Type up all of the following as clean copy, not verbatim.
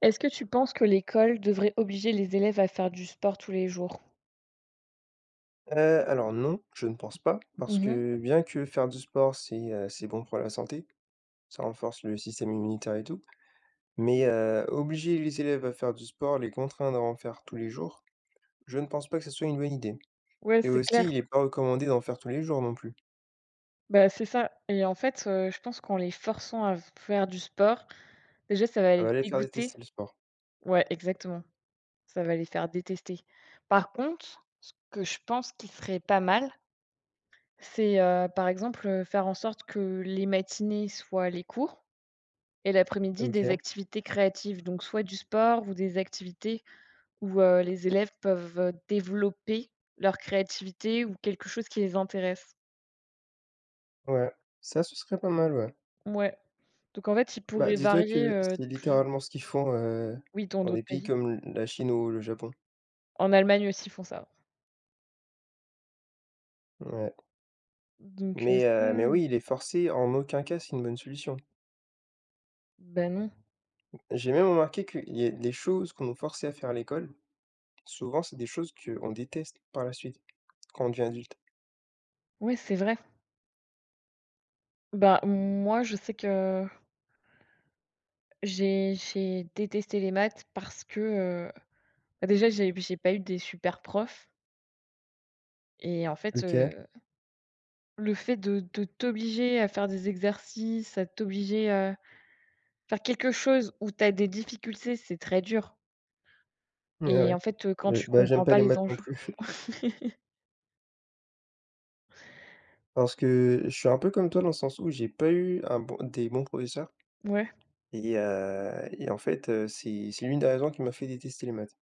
Est-ce que tu penses que l'école devrait obliger les élèves à faire du sport tous les jours? Heu, alors non, je ne pense pas parce Mmh. que bien que faire du sport, c'est bon pour la santé, ça renforce le système immunitaire et tout, mais, obliger les élèves à faire du sport, les contraindre à en faire tous les jours, je ne pense pas que ce soit une bonne idée Ouais, et c'est aussi clair. il n'est pas recommandé d'en faire tous les jours non plus. Bah, c'est ça et en fait, je pense qu'en les forçant à faire du sport, déjà, ça va Ça les va les faire dégoûter. détester le sport. Ouais, exactement. Ça va les faire détester. Par contre, ce que je pense qui serait pas mal, c'est, par exemple, faire en sorte que les matinées soient les cours et l'après-midi, des OK, activités créatives, donc soit du sport ou des activités où, les élèves peuvent, développer leur créativité ou quelque chose qui les intéresse. ouais, ça ce serait pas mal, ouais. Ouais. Donc en fait, ils Bah, pourraient dis-toi varier, que c'est plus littéralement ce qu'ils font, oui, dans dans des d'autres pays pays. comme la Chine ou le Japon. En Allemagne aussi, ils font ça. Ouais, Donc mais ça oui, il est forcé en aucun cas, c'est une bonne solution. bah, non. J'ai même remarqué qu'il y a des choses qu'on nous forçait à faire à l'école, souvent c'est des choses qu'on déteste par la suite, quand on devient adulte. Ouais, c'est vrai. Bah, moi, je sais que j'ai détesté les maths parce que, heu, bah, déjà, j'ai pas eu des super profs et en fait, OK. Ouais, le fait de t'obliger à faire des exercices, à t'obliger à faire quelque chose où tu as des difficultés, c'est très dur et ouais. en fait, quand tu Bah, j'aime comprends pas pas les les maths non enjeux. plus parce que je suis un peu comme toi dans le sens où j'ai pas eu un bon des bons professeurs Ouais. et en fait, c'est l'une des raisons qui m'a fait détester les maths.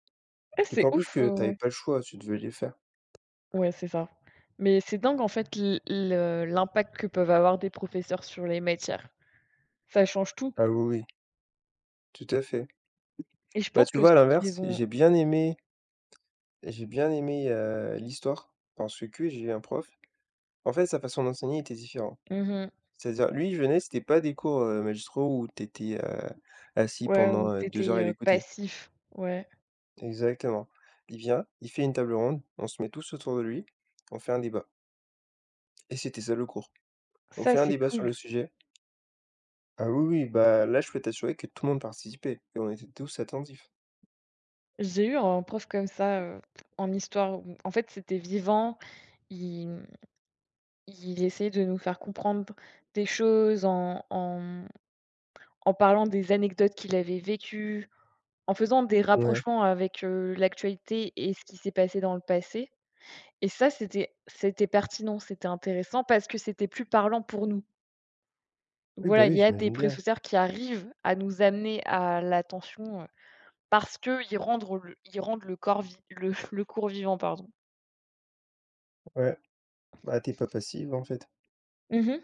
Ah, c'est D'autant plus ouf, que t'avais pas le choix, tu devais les faire. ouais, c'est ça. Mais c'est dingue en fait l'impact que peuvent avoir des professeurs sur les matières. Ça change tout Ah oui, oui, tout à fait. et je Bah, pense tu que vois, à ceux qui les l'inverse, ont j'ai bien aimé l'histoire parce que j'ai eu un prof en fait, sa façon d'enseigner était différente. mmh, mh. C'est-à-dire, lui, il venait, c'était pas des cours, magistraux où tu étais, assis Ouais, où pendant, tu 2 étais, heures et l'écouter. passif. Ouais. Exactement. Il vient, il fait une table ronde, on se met tous autour de lui, on fait un débat et c'était ça le cours. On Ça, fait un c'est débat sur cool. le sujet. Ah oui, oui, bah, là, je peux t'assurer que tout le monde participait et on était tous attentifs. J'ai eu un prof comme ça, en histoire où en fait, c'était vivant. Il, mmh, il essayait de nous faire comprendre des choses en en parlant des anecdotes qu'il avait vécues, en faisant des Ouais. rapprochements avec, l'actualité et ce qui s'est passé dans le passé et ça, c'était pertinent, c'était intéressant parce que c'était plus parlant pour nous. Oui, bah, Voilà, il oui, y a des j'imagine bien. précurseurs qui arrivent à nous amener à l'attention, parce qu'ils rendent le ils rendent le corps vi le le cours vivant, pardon. Ouais, bah, t'es pas passive, en fait Mhm, mh.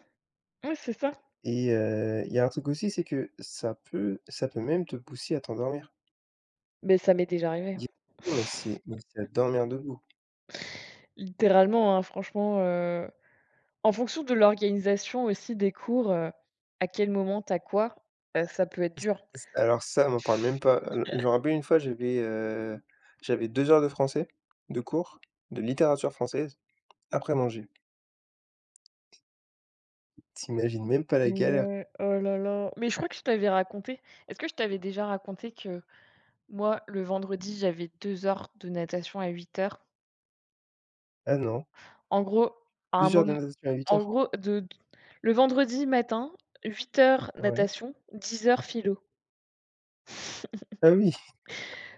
Oui, c'est ça. et il y a un truc aussi, c'est que ça peut même te pousser à t'endormir. Mais ça m'est déjà arrivé. Il y a mais c'est à dormir debout. Littéralement, hein, franchement, en fonction de l'organisation aussi des cours, à quel moment t'as quoi, ça peut être dur. S alors ça, m'en parle même pas. Je me rappelle une fois, j'avais 2 heures de français, de cours, de littérature française, après manger. T'imagines même pas la galère! Ouais, oh là là. Mais je crois que je t'avais raconté est-ce que je t'avais déjà raconté que moi, le vendredi, j'avais 2 heures de natation à 8 heures. Ah non, En gros, à un deux heures de moment natation à en 8 h? gros, de le vendredi matin, huit heures Ouais. natation, dix heures philo. Ah oui,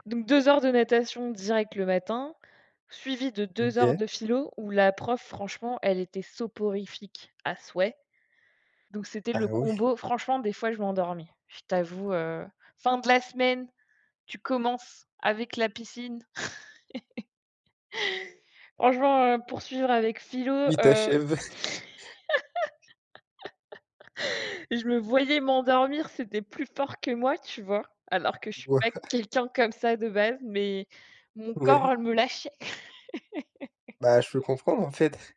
Donc 2 heures de natation direct le matin, suivi de deux heures OK. de philo où la prof, franchement, elle était soporifique à souhait. Donc c'était le Ah ouais. combo. Franchement, des fois, je m'endormis. Je t'avoue, fin de la semaine, tu commences avec la piscine. Franchement, poursuivre avec philo, Oui, ta chèvre. je me voyais m'endormir, c'était plus fort que moi, tu vois? Alors que je suis Ouais, pas quelqu'un comme ça de base, mais mon ouais. corps me lâche. Bah, je peux comprendre, en fait.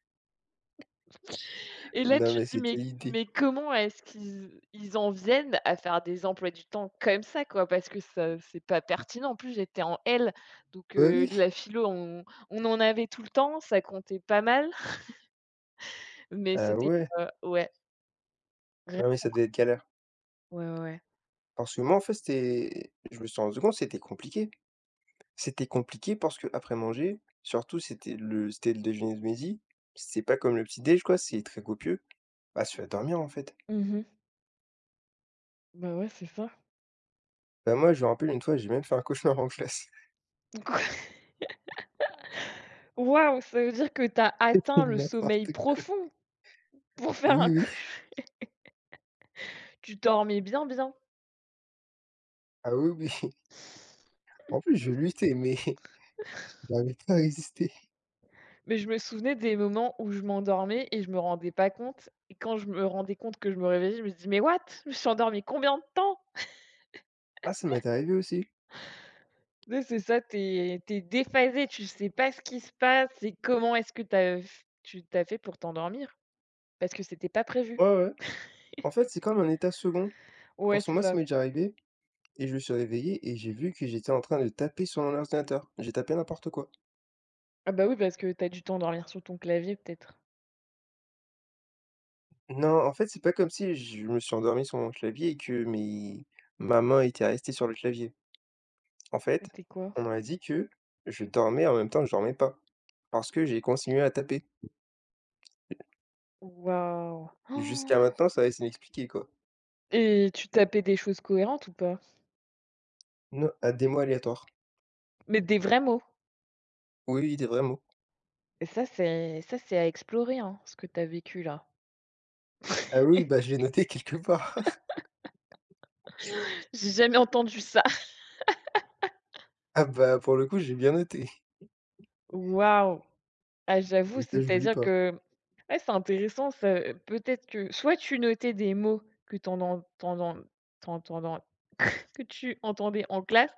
Et là, Non, tu te mais dis: c'est quelle «Mais idée? Comment est-ce qu'ils en viennent à faire des emplois du temps comme ça, quoi?» parce que ça c'est pas pertinent. En plus, j'étais en L, donc Bah oui. la philo, on en avait tout le temps, ça comptait pas mal, mais Ah c'était, ouais. Ouais, vrai Non, mais ça devait être galère. ouais, ouais, ouais. Parce que moi, en fait, c'était je me suis rendu compte, c'était compliqué. C'était compliqué parce que après manger, surtout c'était le déjeuner de midi, c'est pas comme le petit déj, quoi, c'est très copieux. Bah, tu vas dormir, en fait. Mmh. Bah, ouais, c'est ça. Bah, moi, je me rappelle une fois, j'ai même fait un cauchemar en classe. Waouh, ça veut dire que t'as atteint le sommeil N'importe quoi. profond pour faire Oui, un oui. tu dormais bien, bien. Ah oui, oui. En plus, je luttais, mais j'arrivais pas à résister. Mais je me souvenais des moments où je m'endormais et je me rendais pas compte et quand je me rendais compte que je me réveillais, je me dis: «Mais what? Je me suis endormie combien de temps?» Ah, ça m'est arrivé aussi. Tu sais, c'est ça, t'es es déphasé, tu sais pas ce qui se passe et comment est-ce que t'as f tu tu fait pour t'endormir? Parce que c'était pas prévu. Ouais, ouais. En fait, c'est comme un état second. Ouais, Parce que c'est moi, ça. ça m'est déjà arrivé et je me suis réveillé et j'ai vu que j'étais en train de taper sur mon ordinateur. J'ai tapé n'importe quoi. Ah bah, oui, parce que t'as as dû t'endormir sur ton clavier peut-être. Non, en fait, c'est pas comme si je me suis endormi sur mon clavier et que mes ma main était restée sur le clavier. En fait, C'était quoi? on m'a dit que je dormais en même temps que je dormais pas, parce que j'ai continué à taper. Waouh! Jusqu'à maintenant, ça reste inexpliqué, quoi. Oh. Et tu tapais des choses cohérentes ou pas? Non, à des mots aléatoires. Mais des vrais mots? Oui, oui, des vrais mots. Et ça, c'est à explorer, hein, ce que t'as vécu là. Ah oui, bah, je l'ai noté quelque part. J'ai jamais entendu ça. Ah bah, pour le coup, j'ai bien noté. Waouh! Ah j'avoue, Comme ça, j'oublie c'est-à-dire pas. que ouais, c'est intéressant ça, peut-être que soit tu notais des mots que t'enden t'enden t'entendant que tu entendais en classe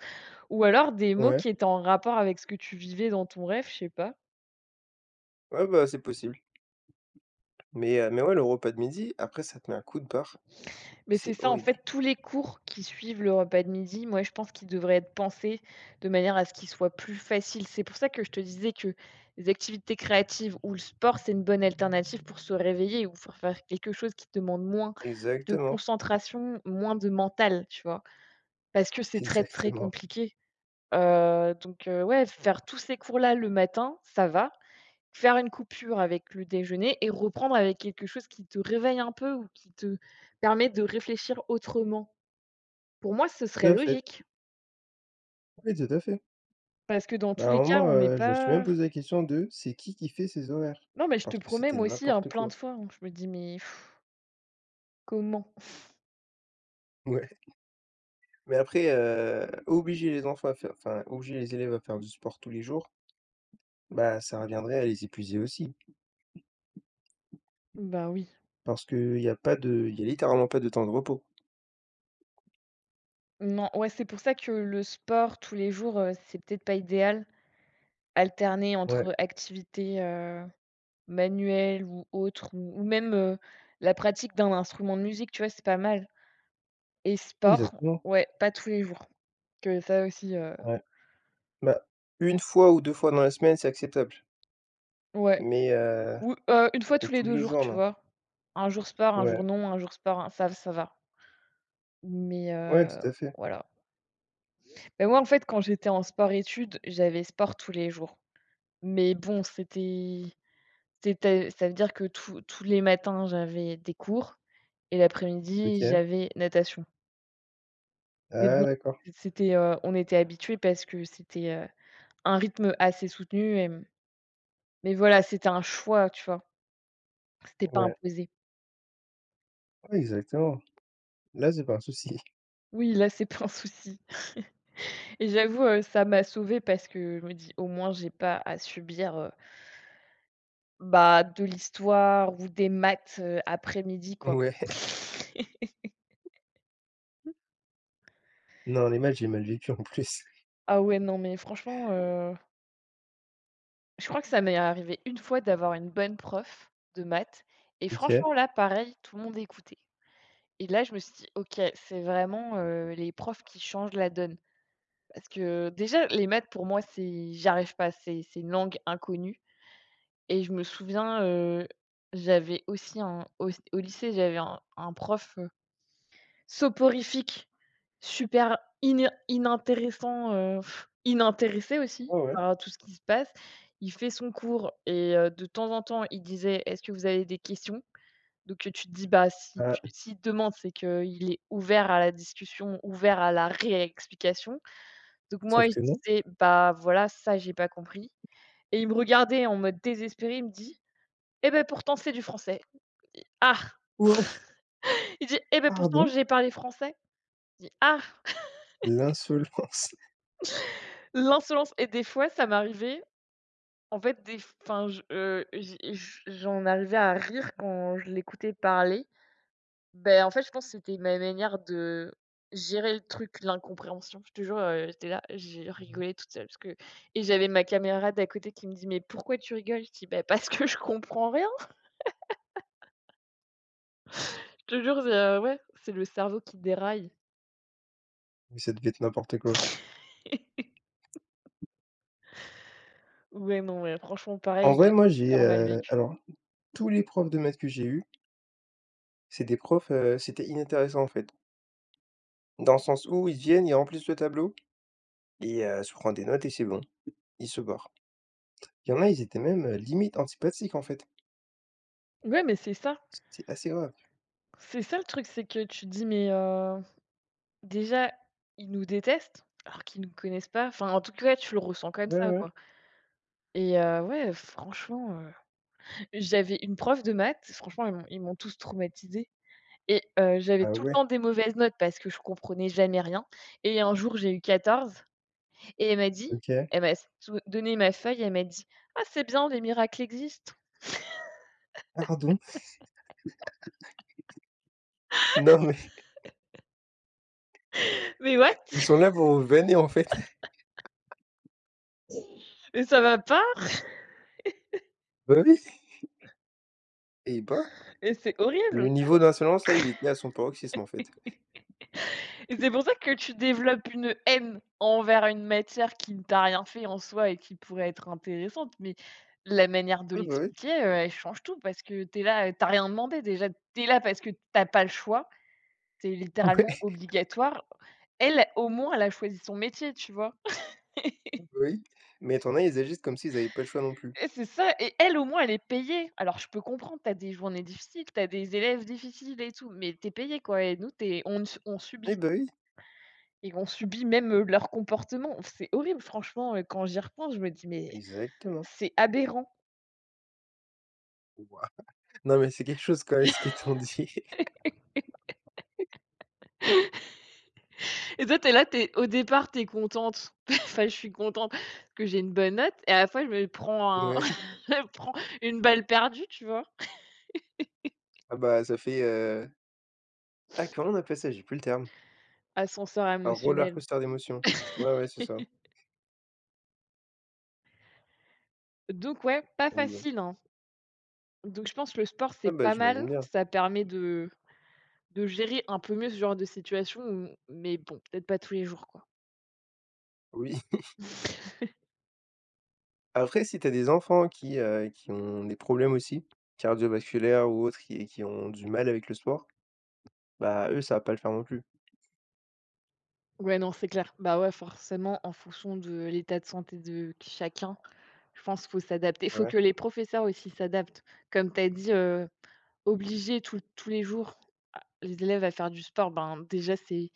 ou alors des mots Ouais. qui étaient en rapport avec ce que tu vivais dans ton rêve, je sais pas. Ouais, bah, c'est possible. Mais ouais, le repas de midi, après, ça te met un coup de barre. Mais c'est C'est ça, en horrible. fait, tous les cours qui suivent le repas de midi, moi, je pense qu'ils devraient être pensés de manière à ce qu'ils soient plus faciles. C'est pour ça que je te disais que les activités créatives ou le sport, c'est une bonne alternative pour se réveiller ou pour faire quelque chose qui demande moins de Exactement, concentration, moins de mental, tu vois? Parce que c'est très, très exactement. compliqué. Donc ouais, faire tous ces cours-là le matin, ça va. Faire une coupure avec le déjeuner et reprendre avec quelque chose qui te réveille un peu ou qui te permet de réfléchir autrement. Pour moi, ce Tout serait à fait. logique Oui, tout à fait. parce que dans tous Bah, à un les cas, moment, on n'est je me suis même pas posé la question de: «C'est qui fait ces horaires?» non, mais je te parce que promets, c'était moi aussi, hein, n'importe plein de quoi. fois, hein, je me dis: «Mais pff, comment?» Ouais, mais après, obliger les enfants à faire enfin, obliger les élèves à faire du sport tous les jours, bah, ça reviendrait à les épuiser aussi Bah, oui. parce qu'il y a pas de il y a littéralement pas de temps de repos. Non, ouais, c'est pour ça que le sport tous les jours, c'est peut-être pas idéal. Alterner Ouais, entre activités, manuelles ou autres ou même, la pratique d'un instrument de musique, tu vois? C'est pas mal et sport, exactement, ouais, pas tous les jours. Que ça aussi, ouais. Bah, une fois ou 2 fois dans la semaine, c'est acceptable, ouais. mais heu, Ou, 1 fois mais tous les tous 2 les jours, jours, tu non. vois? Un jour sport, un jour Ouais, non, un jour sport, un ça ça va. Mais, ouais, tout à fait. voilà. Mais moi, en fait, quand j'étais en sport-études, j'avais sport tous les jours. Mais bon, c'était c'était ça veut dire que tous les matins, j'avais des cours et l'après-midi, OK. j'avais natation. Mais bon, Ah d'accord. c'était, on était habitués parce que c'était, un rythme assez soutenu et mmh, mais voilà, c'était un choix, tu vois? C'était pas Ouais, imposé. ouais, exactement. Là, c'est pas un souci. Oui, là, c'est pas un souci. Et j'avoue, ça m'a sauvée parce que je me dis: «Au moins j'ai pas à subir, bah, de l'histoire ou des maths, après-midi, quoi». Ouais. Non, les matchs j'ai mal vécu en plus. Ah ouais, non, mais franchement, je crois que ça m'est arrivé une fois d'avoir une bonne prof de maths et OK. franchement là, pareil, tout le monde écoutait et là, je me suis dit: «OK, c'est vraiment, les profs qui changent la donne». Parce que déjà, les maths pour moi, c'est j'y arrive pas, c'est une langue inconnue. Et je me souviens, j'avais aussi un au lycée, j'avais un prof, soporifique, super iné inintéressant, inintéressé Ah aussi ouais. par tout ce qui se passe. Il fait son cours et de temps en temps, il disait: «Est-ce que vous avez des questions?» donc tu te dis: «Bah, si Ah, tu s'il te demande, c'est qu'il est ouvert à la discussion, ouvert à la réexplication». Donc moi, sauf je que non. disais: «Bah, voilà, ça, j'ai pas compris» et il me regardait en mode désespéré, il me dit: eh ben pourtant, c'est du français. Il dit: «Ah!» Oh! il dit: «Eh ben pourtant, Pardon, j'ai parlé français». Il dit: «Ah!» l'insolence! l'insolence et des fois, ça m'arrivait, en fait, je, j'en arrivais à rire quand je l'écoutais parler. Ben en fait, je pense que c'était ma manière de gérer le truc, l'incompréhension. Je te jure, j'étais là, j'ai rigolé toute seule parce que et j'avais ma camarade à côté qui me dit: «Mais pourquoi tu rigoles?» Je dis: ben parce que je comprends rien». Je te jure, c'est, ouais, c'est le cerveau qui déraille. Mais ça devait être n'importe quoi. Ouais, non, ouais, franchement, pareil, En je vrai, l'ai moi, super mal vécu. alors tous les profs de maths que j'ai eus, c'est des profs, c'était inintéressant en fait. Dans le sens où ils viennent, ils remplissent le tableau et se prend des notes et c'est bon, ils se barrent. Il y en a, ils étaient même, limite antipathiques en fait. Ouais, mais c'est ça. C'est assez grave. C'est ça le truc, c'est que tu te dis, mais déjà, ils nous détestent, alors qu'ils nous connaissent pas. Enfin, en tout cas, tu le ressens comme Ouais, ça, ouais. quoi. Et ouais, franchement, j'avais une prof de maths, franchement, ils m'ont tous traumatisée et j'avais Ah tout le ouais, temps des mauvaises notes parce que je comprenais jamais rien et un jour, j'ai eu 14 et elle m'a dit OK. elle m'a sou donné ma feuille, elle m'a dit: «Ah, c'est bien, les miracles existent». Pardon. Non, mais Mais what? ils sont là pour vous vanner en fait. Mais ça va pas! Bah oui et bah, Et c'est le horrible! niveau d'insolence là, il est était à son paroxysme en fait. Et c'est pour ça que tu développes une haine envers une matière qui ne t'a rien fait en soi et qui pourrait être intéressante, mais la manière de Ouais, bah, l'expliquer, elle change tout parce que tu es là, tu rien demandé déjà. Tu es là parce que t'as pas le choix, c'est oui. littéralement obligatoire. Elle, au moins, elle a choisi son métier, tu vois? Oui, mais t'en as, ils agissent comme s'ils avaient pas le choix non plus. Et c'est ça et elle, au moins, elle est payée. Alors je peux comprendre, t'as des journées difficiles, t'as des élèves difficiles et tout, mais t'es payée, quoi et nous, on ne on Eh subit. bah oui. Et on subit même, leur comportement. C'est horrible franchement, quand j'y repense, je me dis: «Mais Exactement. c'est aberrant». Non, mais c'est quelque chose quand même ce qu'ils t'ont dit. Et toi, t'es au départ, t'es contente. Enfin, je suis contente parce que j'ai une bonne note et à la fois, je me prends un Ouais. je me prends une balle perdue, tu vois? Ah bah, ça fait, ah, comment on appelle ça? J'ai plus le terme. Ascenseur Un roller émotionnel. coaster d'émotions. Ouais, ouais, c'est ça. Donc ouais, pas Et bon. facile, hein. Donc je pense que le sport, c'est Ah bah, pas mal. j'imagine bien. Ça permet de gérer un peu mieux ce genre de situation, m mais bon, peut-être pas tous les jours, quoi. Oui. Après, si t'as des enfants qui ont des problèmes aussi, cardiovasculaires ou autres, qui ont du mal avec le sport, bah, eux, ça va pas le faire non plus. Ouais, non, c'est clair. Bah, ouais, forcément, en fonction de l'état de santé de chacun, je pense qu'il faut s'adapter. Il faut Ouais. que les professeurs aussi s'adaptent. Comme tu as dit, obliger tout tous les jours les élèves à faire du sport, ben, déjà, c'est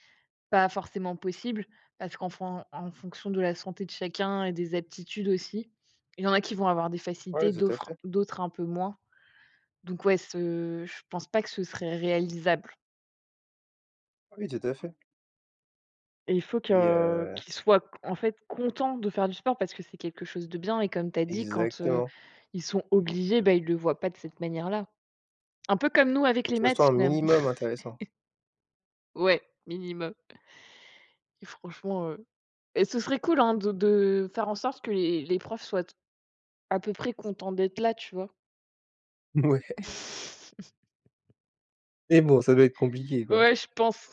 pas forcément possible parce qu'en fonction de la santé de chacun et des aptitudes aussi, il y en a qui vont avoir des Ouais, facilités, tout à fait. d'autres un peu moins. Donc ouais, ce je pense pas que ce serait réalisable. Oui, tout à fait. Et il faut Et que heu qu'ils soient en fait contents de faire du sport parce que c'est quelque chose de bien et comme tu as dit quand, Exactement. ils sont obligés, bah, ils le voient pas de cette manière-là. Un peu comme nous avec Faut que les ça maths soit un finalement. minimum intéressant. Ouais, minimum et franchement, et ce serait cool, hein, de faire en sorte que les profs soient à peu près contents d'être là, tu vois? Ouais. Et bon, ça doit être compliqué, quoi. Ouais, je pense.